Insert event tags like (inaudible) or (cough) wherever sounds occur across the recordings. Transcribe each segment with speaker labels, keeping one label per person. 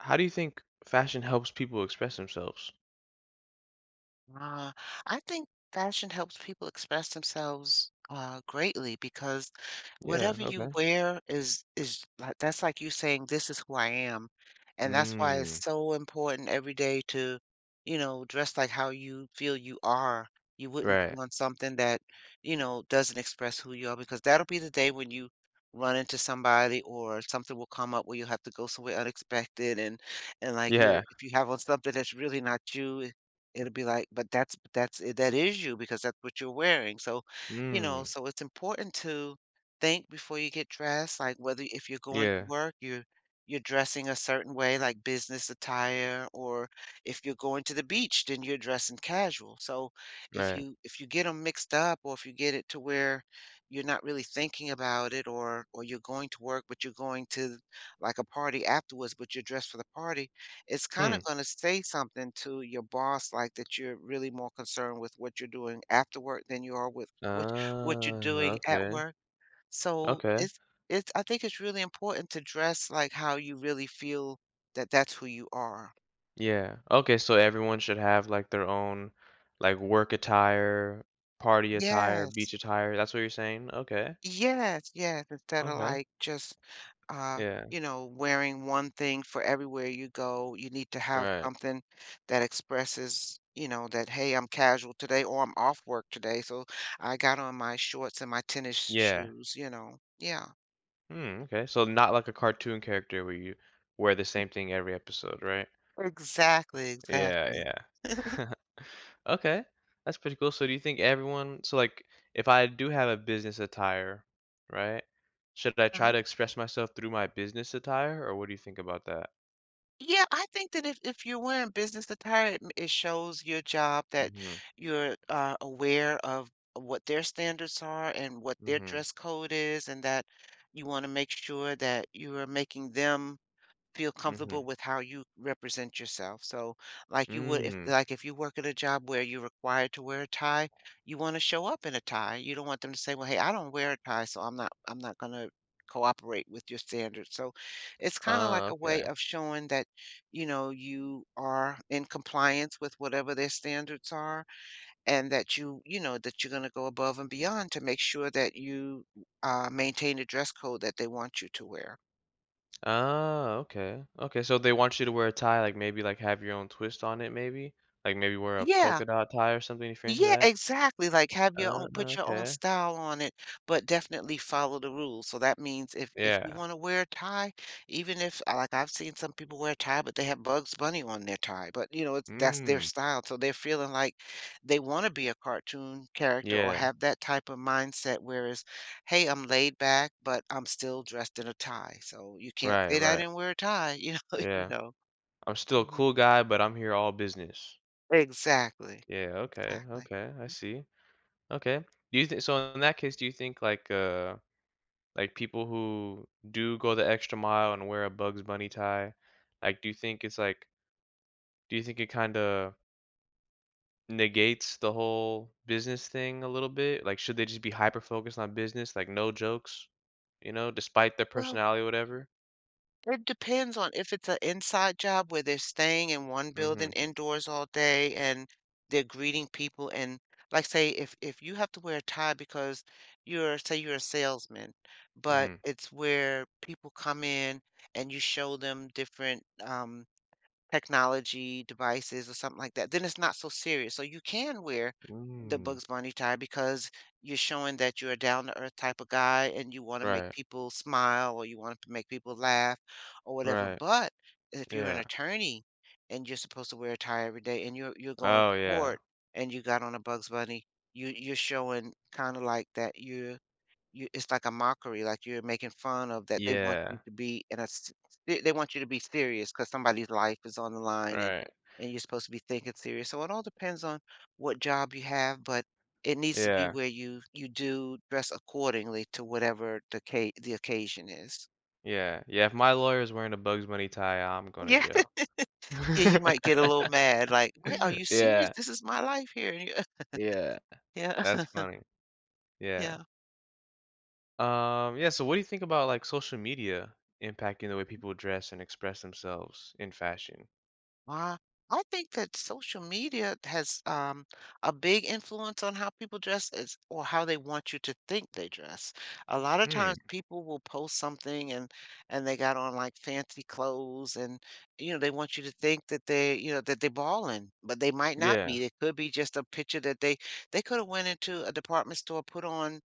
Speaker 1: How do you think fashion helps people express themselves?
Speaker 2: Ah, I think fashion helps people express themselves greatly because
Speaker 1: Yeah,
Speaker 2: whatever you
Speaker 1: okay.
Speaker 2: wear is like that's like you saying this is who I am, and that's why it's
Speaker 1: Mm,
Speaker 2: so important every day to dress like how you feel you are. You wouldn't
Speaker 1: right.
Speaker 2: put on something that doesn't express who you are, because that'll be the day when you run into somebody or something will come up where you'll have to go somewhere unexpected, and like
Speaker 1: Yeah.
Speaker 2: you'll, if you have on something that's really not you, it'll be like, but that's it, that is you because that's what you're wearing. So, you know,
Speaker 1: Mm,
Speaker 2: so it's important to think before you get dressed, like whether if you're going to
Speaker 1: yeah,
Speaker 2: work, you're dressing a certain way, like business attire, or if you're going to the beach, then you're dressing casual. So
Speaker 1: right.
Speaker 2: if you get them mixed up, or if you get it to where you're not really thinking about it, or you're going to work but you're going to like a party afterwards, but you're dressed for the party, it's kind
Speaker 1: Hmm.
Speaker 2: of going to say something to your boss, like that you're really more concerned with what you're doing after work than you are with what you're
Speaker 1: Ah,
Speaker 2: doing at
Speaker 1: okay.
Speaker 2: work. So
Speaker 1: Okay.
Speaker 2: it's I think it's really important to dress like how you really feel that that's who you are.
Speaker 1: Yeah. Okay, so everyone should have like their own like work attire, party attire,
Speaker 2: Yes.
Speaker 1: beach attire. That's what you're saying? Okay.
Speaker 2: Yes, yes, instead of
Speaker 1: Okay.
Speaker 2: like just uh,
Speaker 1: Yeah.
Speaker 2: wearing one thing for everywhere you go, you need to have
Speaker 1: Right.
Speaker 2: something that expresses, you know, that hey, I'm casual today or I'm off work today, so I got on my shorts and my tennis
Speaker 1: Yeah.
Speaker 2: shoes, you know. Yeah.
Speaker 1: Hmm, okay. So not like a cartoon character where you wear the same thing every episode, right?
Speaker 2: Exactly,
Speaker 1: Yeah,
Speaker 2: exactly.
Speaker 1: yeah. (laughs) Okay, that's pretty cool. So do you think everyone so, if I do have a business attire, right, should I try to express myself through my business attire, or what do you think about that?
Speaker 2: Yeah, I think that if you're wearing business attire, it, it shows your job that
Speaker 1: Mhm,
Speaker 2: you're aware of what their standards are and what their
Speaker 1: mhm,
Speaker 2: dress code is, and that you want to make sure that you are making them feel
Speaker 1: mhm,
Speaker 2: comfortable with how you represent yourself. So, like you would, if
Speaker 1: mm.
Speaker 2: like if you work at a job where you're required to wear a tie, you want to show up in a tie. You don't want them to say, "Well, hey, I don't wear a tie, so I'm not going to cooperate with your standards." So, it's kind of
Speaker 1: Oh,
Speaker 2: like a way
Speaker 1: okay.
Speaker 2: of showing that, you know, you are in compliance with whatever their standards are, and that you know, that you're going to go above and beyond to make sure that you maintain the dress code that they want you to wear.
Speaker 1: Oh, okay, okay, so they want you to wear a tie, like, maybe, like, have your own twist on it maybe? Like, maybe wear a
Speaker 2: Yeah.
Speaker 1: polka dot tie or something if you're into
Speaker 2: Yeah,
Speaker 1: that?
Speaker 2: exactly. Like have your
Speaker 1: Uh,
Speaker 2: own, put your own
Speaker 1: okay.
Speaker 2: style on it, but definitely follow the rules. So that means if you
Speaker 1: Yeah.
Speaker 2: want to wear a tie, even if like I've seen some people wear a tie, but they have Bugs Bunny on their tie. But you know, it's that's their
Speaker 1: Mm,
Speaker 2: style. So they're feeling like they want to be a cartoon character or
Speaker 1: yeah.
Speaker 2: have that type of mindset, whereas, hey, I'm laid back, but I'm still dressed in a tie. So you can't
Speaker 1: Right,
Speaker 2: say that
Speaker 1: right.
Speaker 2: and wear a tie, (laughs) you know, you
Speaker 1: Yeah.
Speaker 2: know.
Speaker 1: I'm still a
Speaker 2: Mhm.
Speaker 1: cool guy, but I'm here all business.
Speaker 2: Exactly.
Speaker 1: Yeah, okay,
Speaker 2: Exactly.
Speaker 1: okay, I see. Okay. Do you think so in that case, do you think like people who do go the extra mile and wear a Bugs Bunny tie, like do you think it's like do you think it kind of negates the whole business thing a little bit? Like should they just be hyper focused on business, like no jokes, you know, despite their
Speaker 2: Well,
Speaker 1: personality or whatever?
Speaker 2: it depends on if it's an inside job where they're staying in one building
Speaker 1: Mhm.
Speaker 2: indoors all day and they're greeting people and, like say if you have to wear a tie because you're, say you're a salesman, but
Speaker 1: Mhm.
Speaker 2: it's where people come in and you show them different technology devices or something like that, then it's not so serious. So you can wear the
Speaker 1: Mm.
Speaker 2: Bugs Bunny tie because you're showing that you're a down to earth type of guy and you want to make
Speaker 1: Right.
Speaker 2: people smile or you want to make people laugh or whatever.
Speaker 1: Right.
Speaker 2: But if you're an
Speaker 1: Yeah.
Speaker 2: attorney and you're supposed to wear a tie every day, and you're going
Speaker 1: Oh
Speaker 2: to
Speaker 1: yeah.
Speaker 2: court and you got on a Bugs Bunny, you you're showing kind of like that you're you, it's like a mockery, like you're making fun of that they want
Speaker 1: Yeah.
Speaker 2: you to be in a they want you to be serious because somebody's life is on the line,
Speaker 1: Right.
Speaker 2: and you're supposed to be thinking serious. So it all depends on what job you have, but it needs to be
Speaker 1: Yeah.
Speaker 2: where you do dress accordingly to whatever the the occasion is.
Speaker 1: Yeah, yeah, if my lawyer's wearing a Bugs Bunny tie, I'm going to
Speaker 2: Yeah, (laughs)
Speaker 1: jail.
Speaker 2: yeah, you might get
Speaker 1: (laughs)
Speaker 2: a little mad, like, wait, are you serious?
Speaker 1: Yeah,
Speaker 2: This is my life here. And you- (laughs)
Speaker 1: yeah.
Speaker 2: Yeah,
Speaker 1: That's
Speaker 2: (laughs)
Speaker 1: funny. Yeah.
Speaker 2: yeah.
Speaker 1: Yeah, so what do you think about, like, social media impacting the way people dress and express themselves in fashion?
Speaker 2: Uh, I think that social media has a big influence on how people dress, is, or how they want you to think they dress. A lot of times
Speaker 1: Hmm,
Speaker 2: people will post something, and they got on like fancy clothes, and you know they want you to think that they, you know, that they're balling, but they might not
Speaker 1: yeah,
Speaker 2: be. It could be just a picture that they could have went into a department store, put on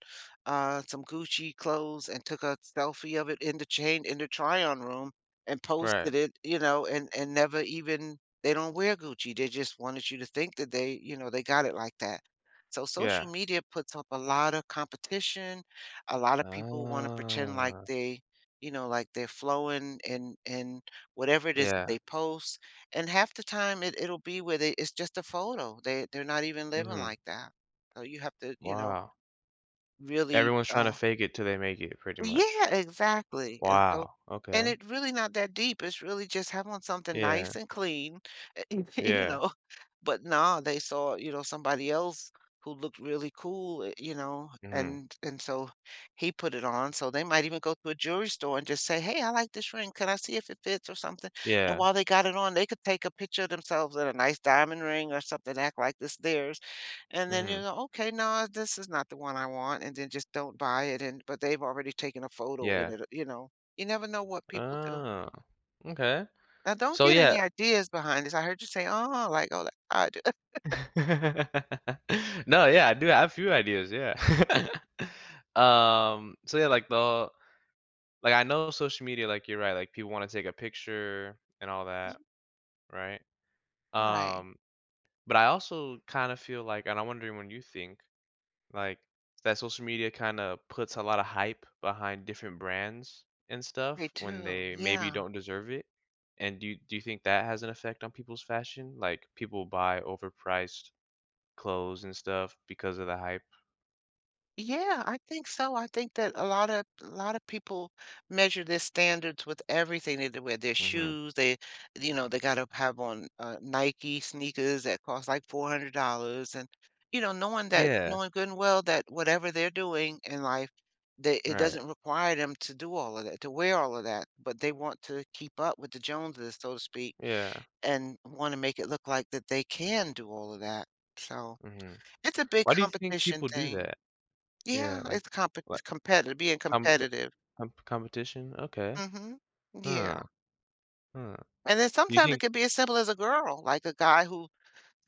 Speaker 2: some Gucci clothes and took a selfie of it in the chain in the try-on room and
Speaker 1: right,
Speaker 2: posted it, you know, and never even, they don't wear Gucci. They just wanted you to think that they, you know, they got it like that. So
Speaker 1: yeah.
Speaker 2: social media puts up a lot of competition. A lot of people want to pretend like
Speaker 1: Ah,
Speaker 2: they, you know, like they're flowing in whatever it is that
Speaker 1: yeah,
Speaker 2: they post. And half the time it, it'll be where they, it's just a photo. They're not even living
Speaker 1: mhm,
Speaker 2: like that. So you have to, you know,
Speaker 1: wow.
Speaker 2: really
Speaker 1: Everyone's trying to fake it till they make it, pretty much.
Speaker 2: yeah, exactly, and so,
Speaker 1: Wow,
Speaker 2: and
Speaker 1: okay.
Speaker 2: it really not that deep, it's really just having something
Speaker 1: Yeah,
Speaker 2: nice and clean, (laughs) you
Speaker 1: yeah,
Speaker 2: know, but nah, they saw, you know, somebody else who looked really cool, eh, you know,
Speaker 1: mhm,
Speaker 2: and so he put it on, so they might even go to a jewelry store and just say, "Hey, I like this ring, can I see if it fits or something?" And
Speaker 1: yeah,
Speaker 2: while they got it on, they could take a picture of themselves in a nice diamond ring or something, act like this theirs, and then you
Speaker 1: mhm,
Speaker 2: go, "Okay, no, this is not the one I want," and then just don't buy it, and but they've already taken a photo in
Speaker 1: yeah.
Speaker 2: it, you know? You never know what people do.
Speaker 1: Oh, okay.
Speaker 2: Now don't
Speaker 1: So,
Speaker 2: get
Speaker 1: yeah
Speaker 2: any ideas behind this. I heard you say, "Oh," like, "Oh, that's how I do."
Speaker 1: (laughs) No, yeah, I do have a few ideas, yeah. (laughs) So yeah, like the like I know social media, like you're right, like people want to take a picture and all that,
Speaker 2: (laughs)
Speaker 1: right?
Speaker 2: Right.
Speaker 1: Um, but I also kind of feel like, and I'm wondering when you think, like that social media kind of puts a lot of hype behind different brands and
Speaker 2: They
Speaker 1: stuff when
Speaker 2: do,
Speaker 1: they maybe
Speaker 2: yeah.
Speaker 1: don't deserve it. And do you think that has an effect on people's fashion? Like people buy overpriced clothes and stuff because of the hype.
Speaker 2: Yeah, I think so. I think that a lot of people measure their standards with everything they do, with their
Speaker 1: Mhm.
Speaker 2: shoes. They, you know, they got to have on Nike sneakers that cost like $400, and you know, knowing that,
Speaker 1: Yeah,
Speaker 2: knowing good and well that whatever they're doing in life, they, it
Speaker 1: right.
Speaker 2: doesn't require them to do all of that, to wear all of that, but they want to keep up with the Joneses, so to speak,
Speaker 1: Yeah.
Speaker 2: and want to make it look like that they can do all of that. So
Speaker 1: Mhm.
Speaker 2: it's a big
Speaker 1: Why do you think
Speaker 2: competition
Speaker 1: people do
Speaker 2: thing.
Speaker 1: that? Yeah,
Speaker 2: Yeah, it's
Speaker 1: like
Speaker 2: competitive, being
Speaker 1: com uh,
Speaker 2: competitive.
Speaker 1: com competition? Okay.
Speaker 2: Mhm.
Speaker 1: Huh,
Speaker 2: Yeah,
Speaker 1: huh.
Speaker 2: and then
Speaker 1: Do you
Speaker 2: sometimes it
Speaker 1: think
Speaker 2: could be as simple as a girl, like a guy who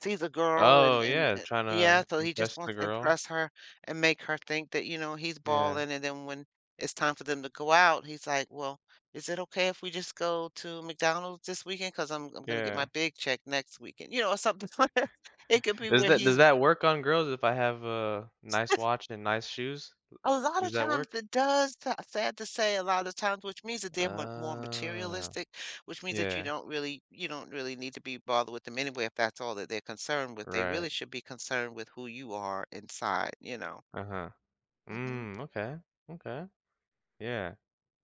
Speaker 2: sees a girl
Speaker 1: Oh,
Speaker 2: and and
Speaker 1: yeah,
Speaker 2: and
Speaker 1: trying
Speaker 2: yeah,
Speaker 1: to
Speaker 2: so he just
Speaker 1: impress the
Speaker 2: wants to
Speaker 1: girl?
Speaker 2: impress her and make her think that, you know, he's
Speaker 1: Yeah,
Speaker 2: balling, and then when it's time for them to go out, he's like, "Well, is it okay if we just go to McDonald's this weekend? Because I 'Cause I'm gonna get
Speaker 1: yeah.
Speaker 2: my big check next weekend," you know, or something (laughs) like that. It could be where
Speaker 1: Does
Speaker 2: he's,
Speaker 1: that work on girls if I have a nice watch and nice shoes?
Speaker 2: a lot
Speaker 1: Does
Speaker 2: of
Speaker 1: that
Speaker 2: times
Speaker 1: work?
Speaker 2: it does, sad to say, a lot of times, which means that they're more
Speaker 1: Ah,
Speaker 2: materialistic, which means that you
Speaker 1: yeah,
Speaker 2: don't really, you don't really need to be bothered with them anyway if that's all that they're concerned with. They
Speaker 1: right.
Speaker 2: really should be concerned with who you are inside, you know.
Speaker 1: Uh-huh.
Speaker 2: Hmm.
Speaker 1: Mm, okay, okay. Yeah.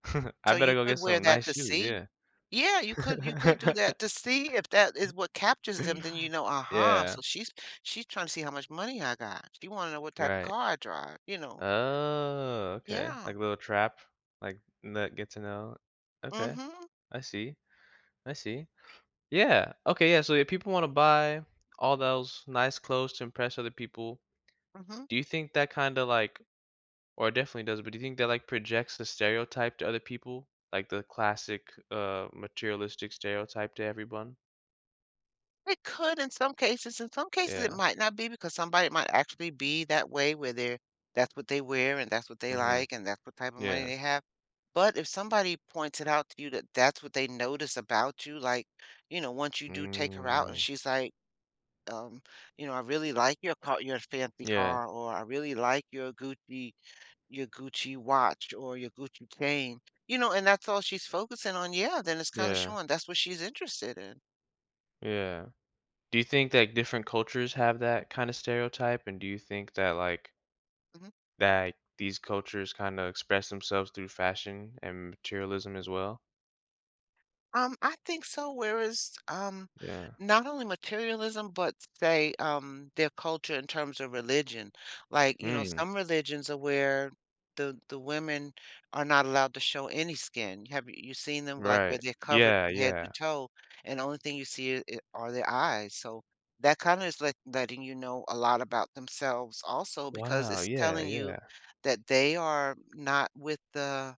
Speaker 1: (laughs) I
Speaker 2: So
Speaker 1: better
Speaker 2: you
Speaker 1: go
Speaker 2: could
Speaker 1: get
Speaker 2: wear
Speaker 1: some
Speaker 2: that
Speaker 1: nice
Speaker 2: to
Speaker 1: shoes,
Speaker 2: see.
Speaker 1: yeah.
Speaker 2: Yeah, you could do that to
Speaker 1: (laughs)
Speaker 2: see if that is what captures them, then you know, aha,
Speaker 1: Yeah,
Speaker 2: so she's trying to see how much money I got. She want to know what type of
Speaker 1: right.
Speaker 2: car I drive, you know.
Speaker 1: Oh, okay.
Speaker 2: Yeah.
Speaker 1: Like a little trap, like, that get to know Okay,
Speaker 2: Mm-hmm.
Speaker 1: I see, I see. Yeah, okay, yeah, so if people wanna buy all those nice clothes to impress other people,
Speaker 2: Mm-hmm.
Speaker 1: do you think that kinda, like or it definitely does, but do you think that, like, projects the stereotype to other people? Like the classic, materialistic stereotype to everyone?
Speaker 2: It could in some cases. In some cases, it
Speaker 1: Yeah,
Speaker 2: might not be because somebody might actually be that way where they're, that's what they wear and that's what they
Speaker 1: mhm,
Speaker 2: like and that's what type of money
Speaker 1: yeah.
Speaker 2: they have. But if somebody points it out to you that that's what they notice about you, like, once you do take her out and
Speaker 1: Mm,
Speaker 2: she's like, um, I really like your car, your fancy
Speaker 1: yeah.
Speaker 2: car, or I really like your Gucci watch or your Gucci chain, and that's all she's focusing on. Yeah, then it's kind of
Speaker 1: Yeah,
Speaker 2: showing that's what she's interested in.
Speaker 1: yeah. Do you think that different cultures have that kinda stereotype, and do you think that, like, that these cultures kinda express themselves through fashion and materialism as well?
Speaker 2: I think so, whereas,
Speaker 1: Yeah.
Speaker 2: not only materialism, but say, their culture in terms of religion. Like,
Speaker 1: Mm,
Speaker 2: some religions are where the women are not allowed to show any skin. Have you seen them like where
Speaker 1: right.
Speaker 2: they're covered
Speaker 1: Yeah,
Speaker 2: from head to
Speaker 1: yeah.
Speaker 2: toe, and the only thing you see I are their eyes. So that kinda is letting you know a lot about themselves also because
Speaker 1: Wow,
Speaker 2: it's
Speaker 1: yeah,
Speaker 2: telling you
Speaker 1: yeah.
Speaker 2: that they are not with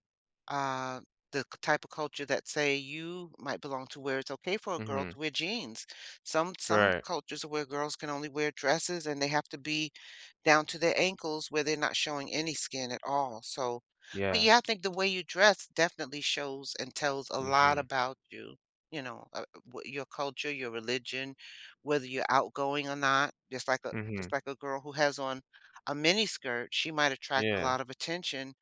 Speaker 2: uh the type of culture that say you might belong to where it's okay for a girl
Speaker 1: Mhm.
Speaker 2: to wear jeans. Some
Speaker 1: Right.
Speaker 2: cultures where girls can only wear dresses and they have to be down to their ankles where they're not showing any skin at all. So, but
Speaker 1: Yeah.
Speaker 2: yeah, I think the way you dress definitely shows and tells a lot
Speaker 1: Mhm.
Speaker 2: about you. You know, uh, your culture, your religion, whether you're outgoing or not. Just
Speaker 1: Mhm.
Speaker 2: like a girl who has on a mini skirt, she might attract a
Speaker 1: Yeah.
Speaker 2: lot of attention,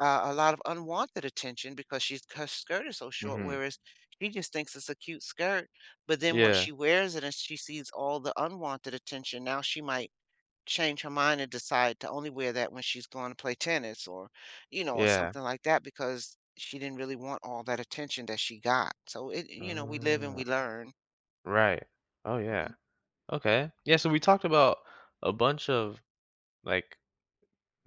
Speaker 2: a lot of unwanted attention because she's her skirt is so short,
Speaker 1: Mhm.
Speaker 2: whereas she just thinks it's a cute skirt. But then once
Speaker 1: Yeah.
Speaker 2: she wears it and she sees all the unwanted attention, now she might change her mind and decide to only wear that when she's going to play tennis or, or
Speaker 1: Yeah.
Speaker 2: something like that because she didn't really want all that attention that she got. So it, we live and
Speaker 1: Oh,
Speaker 2: we learn.
Speaker 1: right. Oh, yeah. Okay. Yeah, so we talked about a bunch of, like,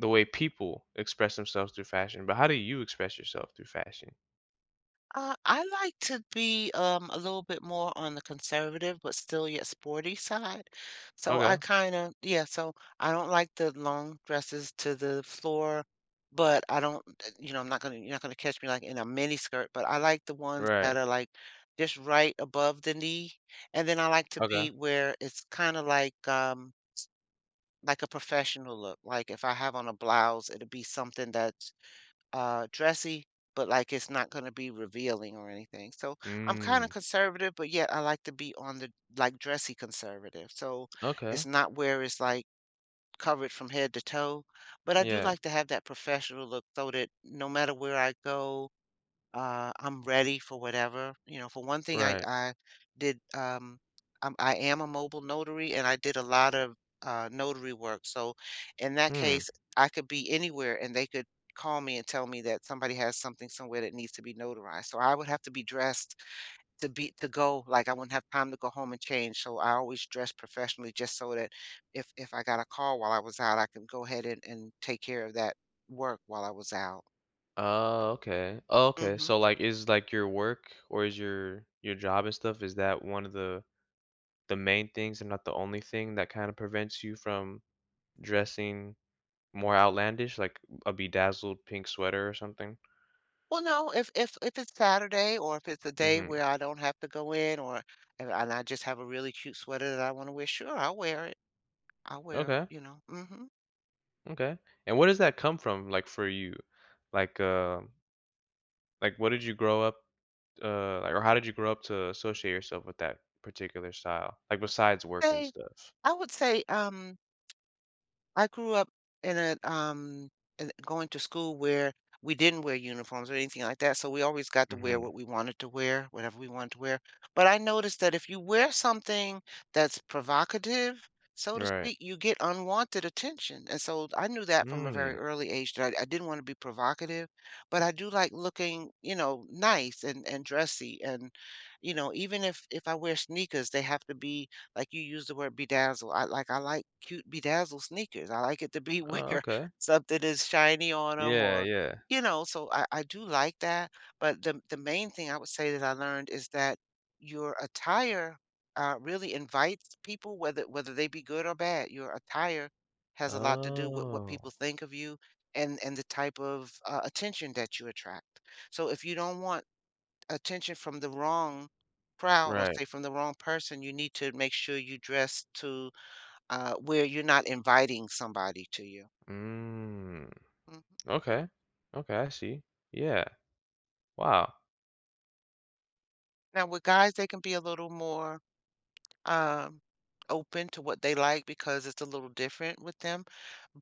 Speaker 1: the way people express themselves through fashion, but how do you express yourself through fashion?
Speaker 2: I like to be a little bit more on the conservative, but still yet sporty side. So I
Speaker 1: Okay.
Speaker 2: kind of, yeah, so I don't like the long dresses to the floor, but I don't, I'm not gonna, you're not gonna catch me like in a mini skirt, but I like the ones
Speaker 1: Right.
Speaker 2: that are like just right above the knee. And then I like to be
Speaker 1: Okay.
Speaker 2: where it's kind of like a professional look. Like if I have on a blouse, it'll be something that's dressy, but like it's not going to be revealing or anything. So I'm kind of
Speaker 1: Mm.
Speaker 2: conservative, but yet I like to be on the like dressy conservative. So
Speaker 1: Okay.
Speaker 2: it's not where it's like covered from head to toe, but I do
Speaker 1: Yeah.
Speaker 2: like to have that professional look so that no matter where I go, I'm ready for whatever. You know, for one thing,
Speaker 1: Right.
Speaker 2: did um, I'm, I am a mobile notary, and I did a lot of notary work. So, in that
Speaker 1: Hmm.
Speaker 2: case, I could be anywhere, and they could call me and tell me that somebody has something somewhere that needs to be notarized. So I would have to be dressed to be to go. Like I wouldn't have time to go home and change. So I always dress professionally, just so that if I got a call while I was out, I could go ahead and take care of that work while I was out.
Speaker 1: Oh, okay. Oh, okay.
Speaker 2: Mm-hmm.
Speaker 1: So like is like your work or is your job and stuff, is that one of the main things and not the only thing that kind of prevents you from dressing more outlandish, like a bedazzled pink sweater or something?
Speaker 2: Well, no, if it's Saturday or if it's a day
Speaker 1: Mm-hmm.
Speaker 2: where I don't have to go in or and I just have a really cute sweater that I want to wear, sure, I'll wear it. I'll wear,
Speaker 1: Okay. Okay. And where does that come from, like for you? Like, like, what did you grow up, like, or how did you grow up to associate yourself with that particular style? Like, besides work and
Speaker 2: Hey,
Speaker 1: stuff.
Speaker 2: I would say, I grew up in a going to school where we didn't wear uniforms or anything like that, so we always got to wear
Speaker 1: Mhm.
Speaker 2: what we wanted to wear, whatever we wanted to wear. But I noticed that if you wear something that's provocative, so to
Speaker 1: Right.
Speaker 2: speak, you get unwanted attention. And so I knew that from a very
Speaker 1: Mm.
Speaker 2: early age that I didn't want to be provocative, but I do like looking, nice and dressy and even if I wear sneakers, they have to be like you use the word bedazzle. I like cute bedazzle sneakers. I like it to be where
Speaker 1: Oh, okay.
Speaker 2: (laughs) something is shiny on them
Speaker 1: Yeah,
Speaker 2: or
Speaker 1: yeah.
Speaker 2: so I do like that. But the main thing I would say that I learned is that your attire really invites people, whether they be good or bad. Your attire has a lot to do with what
Speaker 1: Oh,
Speaker 2: people think of you and the type of attention that you attract. So if you don't want attention from the wrong crowd or
Speaker 1: right.
Speaker 2: say from the wrong person, you need to make sure you dress to where you're not inviting somebody to you.
Speaker 1: Mm.
Speaker 2: Mhm.
Speaker 1: Okay. Okay, I see. Yeah. Wow.
Speaker 2: Now, with guys, they can be a little more um, open to what they like because it's a little different with them.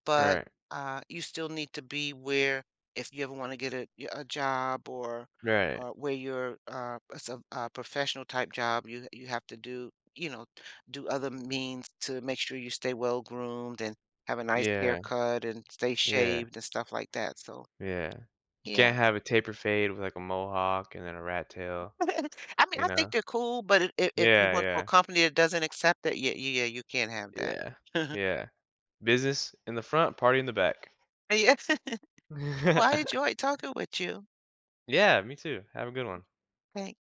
Speaker 2: But
Speaker 1: Right.
Speaker 2: you still need to be where if you ever want to get a job or
Speaker 1: Right.
Speaker 2: where you're a professional type job, you have to do you know do other means to make sure you stay well groomed and have a nice
Speaker 1: Yeah.
Speaker 2: haircut and stay
Speaker 1: Yeah.
Speaker 2: shaved and stuff like that. So
Speaker 1: Yeah. You can't
Speaker 2: yeah,
Speaker 1: have a taper fade with like a mohawk and then a rat tail,
Speaker 2: (laughs) I mean
Speaker 1: you
Speaker 2: I think
Speaker 1: know?
Speaker 2: they're cool, but if you
Speaker 1: Yeah,
Speaker 2: work for a
Speaker 1: yeah.
Speaker 2: company that doesn't accept that, yeah, yeah, you can't have that.
Speaker 1: Yeah.
Speaker 2: (laughs)
Speaker 1: Yeah. Business in the front, party in the back.
Speaker 2: Yeah. (laughs) Well, I
Speaker 1: (laughs)
Speaker 2: enjoyed talking with you.
Speaker 1: Yeah, me too. Have a good one.
Speaker 2: Thanks.